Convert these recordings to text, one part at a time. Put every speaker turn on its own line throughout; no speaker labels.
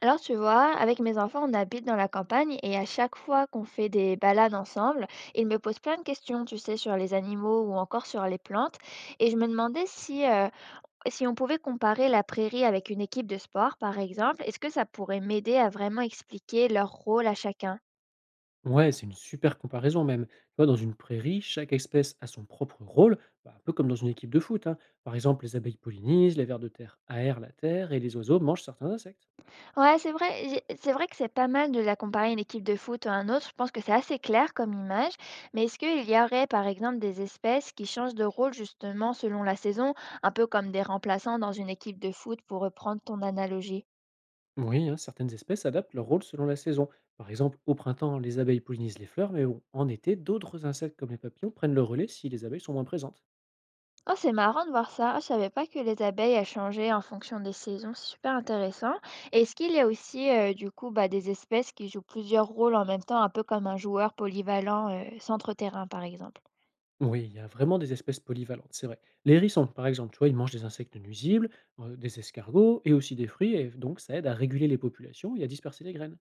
Alors, tu vois, avec mes enfants, on habite dans la campagne et à chaque fois qu'on fait des balades ensemble, ils me posent plein de questions, tu sais, sur les animaux ou encore sur les plantes. Et je me demandais si, si on pouvait comparer la prairie avec une équipe de sport, par exemple, est-ce que ça pourrait m'aider à vraiment expliquer leur rôle à chacun?
Ouais, c'est une super comparaison même. Tu vois, dans une prairie, chaque espèce a son propre rôle, bah, un peu comme dans une équipe de foot, hein. Par exemple, les abeilles pollinisent, les vers de terre aèrent la terre et les oiseaux mangent certains insectes.
Ouais, c'est vrai. J'ai C'est vrai que c'est pas mal de la comparer une équipe de foot à un autre. Je pense que c'est assez clair comme image. Mais est-ce qu'il y aurait, par exemple, des espèces qui changent de rôle justement selon la saison, un peu comme des remplaçants dans une équipe de foot pour reprendre ton analogie?
Oui, hein, certaines espèces adaptent leur rôle selon la saison. Par exemple, au printemps, les abeilles pollinisent les fleurs, mais bon, en été, d'autres insectes comme les papillons prennent le relais si les abeilles sont moins présentes.
Oh, c'est marrant de voir ça. Ah, je savais pas que les abeilles elles changeaient en fonction des saisons. C'est super intéressant. Et est-ce qu'il y a aussi, du coup, bah, des espèces qui jouent plusieurs rôles en même temps, un peu comme un joueur polyvalent, centre-terrain, par exemple?
Oui, il y a vraiment des espèces polyvalentes, c'est vrai. Les hérissons, par exemple, tu vois, ils mangent des insectes nuisibles, des escargots et aussi des fruits, et donc ça aide à réguler les populations et à disperser les graines.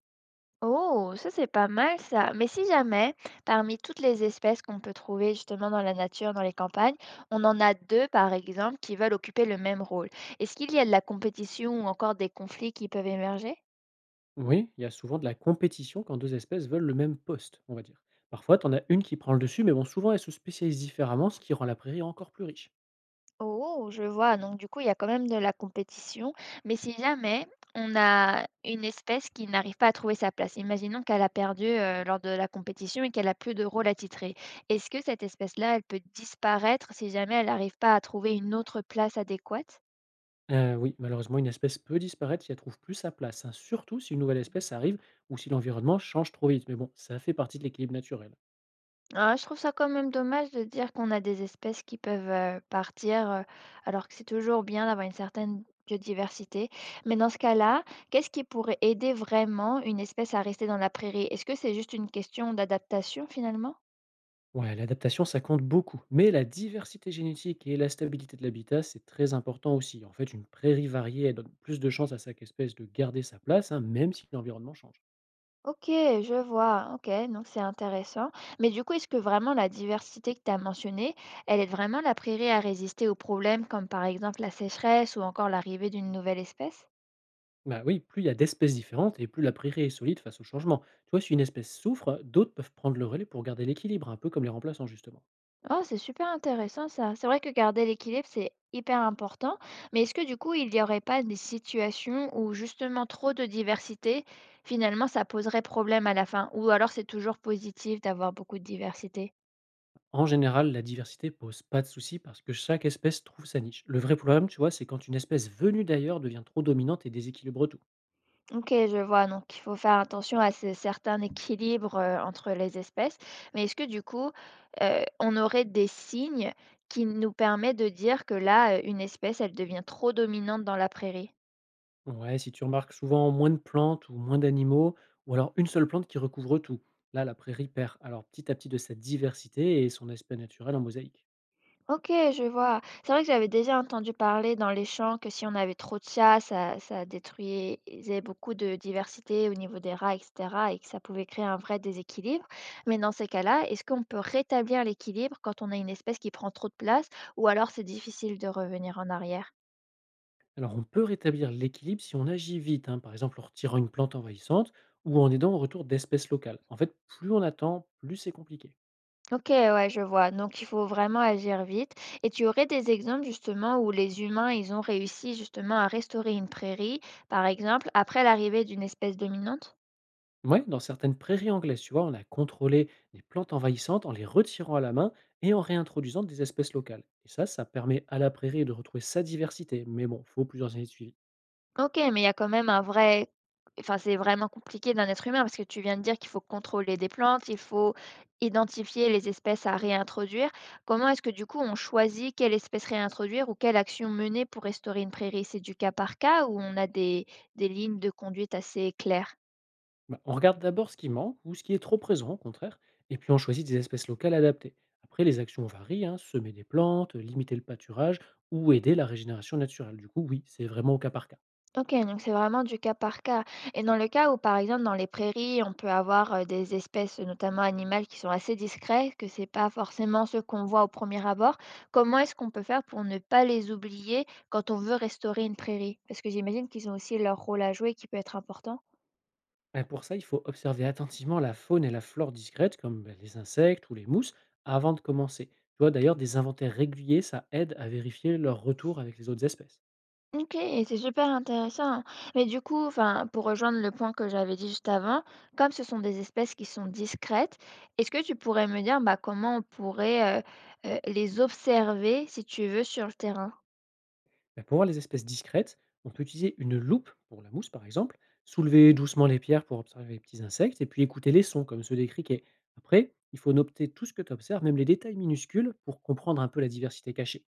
Oh, ça c'est pas mal ça. Mais si jamais, parmi toutes les espèces qu'on peut trouver justement dans la nature, dans les campagnes, on en a deux par exemple qui veulent occuper le même rôle. Est-ce qu'il y a de la compétition ou encore des conflits qui peuvent émerger?
Oui, il y a souvent de la compétition quand 2 espèces veulent le même poste, on va dire. Parfois, t'en en as une qui prend le dessus, mais bon, souvent, elles se spécialisent différemment, ce qui rend la prairie encore plus riche.
Oh, je vois. Donc du coup, il y a quand même de la compétition. Mais si jamais on a une espèce qui n'arrive pas à trouver sa place, imaginons qu'elle a perdu lors de la compétition et qu'elle a plus de rôle à titrer. Est-ce que cette espèce-là, elle peut disparaître si jamais elle n'arrive pas à trouver une autre place adéquate?
Oui, malheureusement, une espèce peut disparaître si elle trouve plus sa place, hein, surtout si une nouvelle espèce arrive ou si l'environnement change trop vite. Mais bon, ça fait partie de l'équilibre naturel.
Ah, je trouve ça quand même dommage de dire qu'on a des espèces qui peuvent partir, alors que c'est toujours bien d'avoir une certaine biodiversité. Mais dans ce cas-là, qu'est-ce qui pourrait aider vraiment une espèce à rester dans la prairie? Est-ce que c'est juste une question d'adaptation finalement?
Ouais, l'adaptation, ça compte beaucoup. Mais la diversité génétique et la stabilité de l'habitat, c'est très important aussi. En fait, une prairie variée, elle donne plus de chances à chaque espèce de garder sa place, hein, même si l'environnement change.
Ok, je vois. Ok, donc c'est intéressant. Mais du coup, est-ce que vraiment la diversité que tu as mentionnée, elle aide vraiment la prairie à résister aux problèmes comme par exemple la sécheresse ou encore l'arrivée d'une nouvelle espèce?
Bah oui, plus il y a d'espèces différentes et plus la prairie est solide face au changement. Tu vois, si une espèce souffre, d'autres peuvent prendre le relais pour garder l'équilibre, un peu comme les remplaçants justement.
Oh, c'est super intéressant ça. C'est vrai que garder l'équilibre, c'est hyper important. Mais est-ce que du coup, il n'y aurait pas des situations où justement trop de diversité, finalement, ça poserait problème à la fin? Ou alors c'est toujours positif d'avoir beaucoup de diversité?
En général, la diversité pose pas de souci parce que chaque espèce trouve sa niche. Le vrai problème, tu vois, c'est quand une espèce venue d'ailleurs devient trop dominante et déséquilibre tout.
Ok, je vois. Donc, il faut faire attention à ce certain équilibre entre les espèces. Mais est-ce que du coup, on aurait des signes qui nous permettent de dire que là, une espèce, elle devient trop dominante dans la prairie?
Ouais, si tu remarques souvent moins de plantes ou moins d'animaux, ou alors une seule plante qui recouvre tout. Là, la prairie perd alors petit à petit de sa diversité et son aspect naturel en mosaïque.
OK, je vois. C'est vrai que j'avais déjà entendu parler dans les champs que si on avait trop de chats, ça détruisait beaucoup de diversité au niveau des rats, etc., et que ça pouvait créer un vrai déséquilibre. Mais dans ces cas-là, est-ce qu'on peut rétablir l'équilibre quand on a une espèce qui prend trop de place, ou alors c'est difficile de revenir en arrière?
Alors, on peut rétablir l'équilibre si on agit vite, hein, par exemple en retirant une plante envahissante ou en aidant au retour d'espèces locales. En fait, plus on attend, plus c'est compliqué.
Ok, ouais, je vois. Donc, il faut vraiment agir vite. Et tu aurais des exemples justement où les humains, ils ont réussi justement à restaurer une prairie, par exemple, après l'arrivée d'une espèce dominante?
Ouais, dans certaines prairies anglaises, tu vois, on a contrôlé les plantes envahissantes en les retirant à la main et en réintroduisant des espèces locales. Et ça permet à la prairie de retrouver sa diversité. Mais bon, faut plusieurs années de suivi.
OK, mais il y a quand même un vrai, enfin, c'est vraiment compliqué d'un être humain parce que tu viens de dire qu'il faut contrôler des plantes, il faut identifier les espèces à réintroduire. Comment est-ce que du coup on choisit quelle espèce réintroduire ou quelle action mener pour restaurer une prairie? C'est du cas par cas ou on a des lignes de conduite assez claires?
Bah, on regarde d'abord ce qui manque ou ce qui est trop présent au contraire, et puis on choisit des espèces locales adaptées. Après, les actions varient, hein, semer des plantes, limiter le pâturage ou aider la régénération naturelle. Du coup, oui, c'est vraiment au cas par cas.
OK, donc c'est vraiment du cas par cas. Et dans le cas où, par exemple, dans les prairies, on peut avoir des espèces, notamment animales, qui sont assez discrètes, que c'est pas forcément ce qu'on voit au premier abord, comment est-ce qu'on peut faire pour ne pas les oublier quand on veut restaurer une prairie? Parce que j'imagine qu'ils ont aussi leur rôle à jouer qui peut être important.
Et pour ça, il faut observer attentivement la faune et la flore discrètes, comme bah, les insectes ou les mousses, avant de commencer. Tu vois, d'ailleurs, des inventaires réguliers, ça aide à vérifier leur retour avec les autres espèces.
OK et c'est super intéressant. Mais du coup, enfin, pour rejoindre le point que j'avais dit juste avant, comme ce sont des espèces qui sont discrètes, est-ce que tu pourrais me dire, bah, comment on pourrait, les observer, si tu veux, sur le terrain?
Bah, pour voir les espèces discrètes, on peut utiliser une loupe pour la mousse par exemple, soulever doucement les pierres pour observer les petits insectes et puis écouter les sons comme ceux des criquets. Après, il faut noter tout ce que tu observes, même les détails minuscules, pour comprendre un peu la diversité cachée.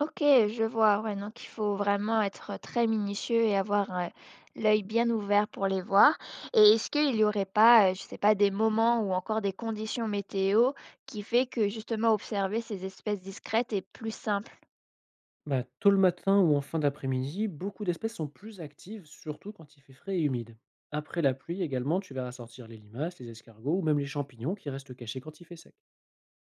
OK, je vois. Ouais, donc il faut vraiment être très minutieux et avoir, l'œil bien ouvert pour les voir et est-ce qu'il n'y aurait pas, je sais pas, des moments ou encore des conditions météo qui fait que justement observer ces espèces discrètes est plus simple?
Bah, tôt le matin ou en fin d'après-midi, beaucoup d'espèces sont plus actives, surtout quand il fait frais et humide. Après la pluie également, tu verras sortir les limaces, les escargots ou même les champignons qui restent cachés quand il fait sec.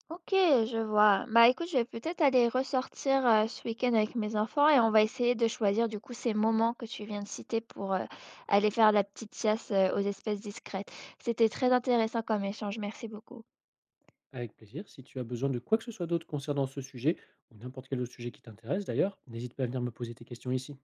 OK, je vois. Bah, écoute, je vais peut-être aller ressortir, ce week-end avec mes enfants et on va essayer de choisir du coup ces moments que tu viens de citer pour, aller faire la petite chasse, aux espèces discrètes. C'était très intéressant comme échange, merci beaucoup.
Avec plaisir. Si tu as besoin de quoi que ce soit d'autre concernant ce sujet, ou n'importe quel autre sujet qui t'intéresse d'ailleurs, n'hésite pas à venir me poser tes questions ici.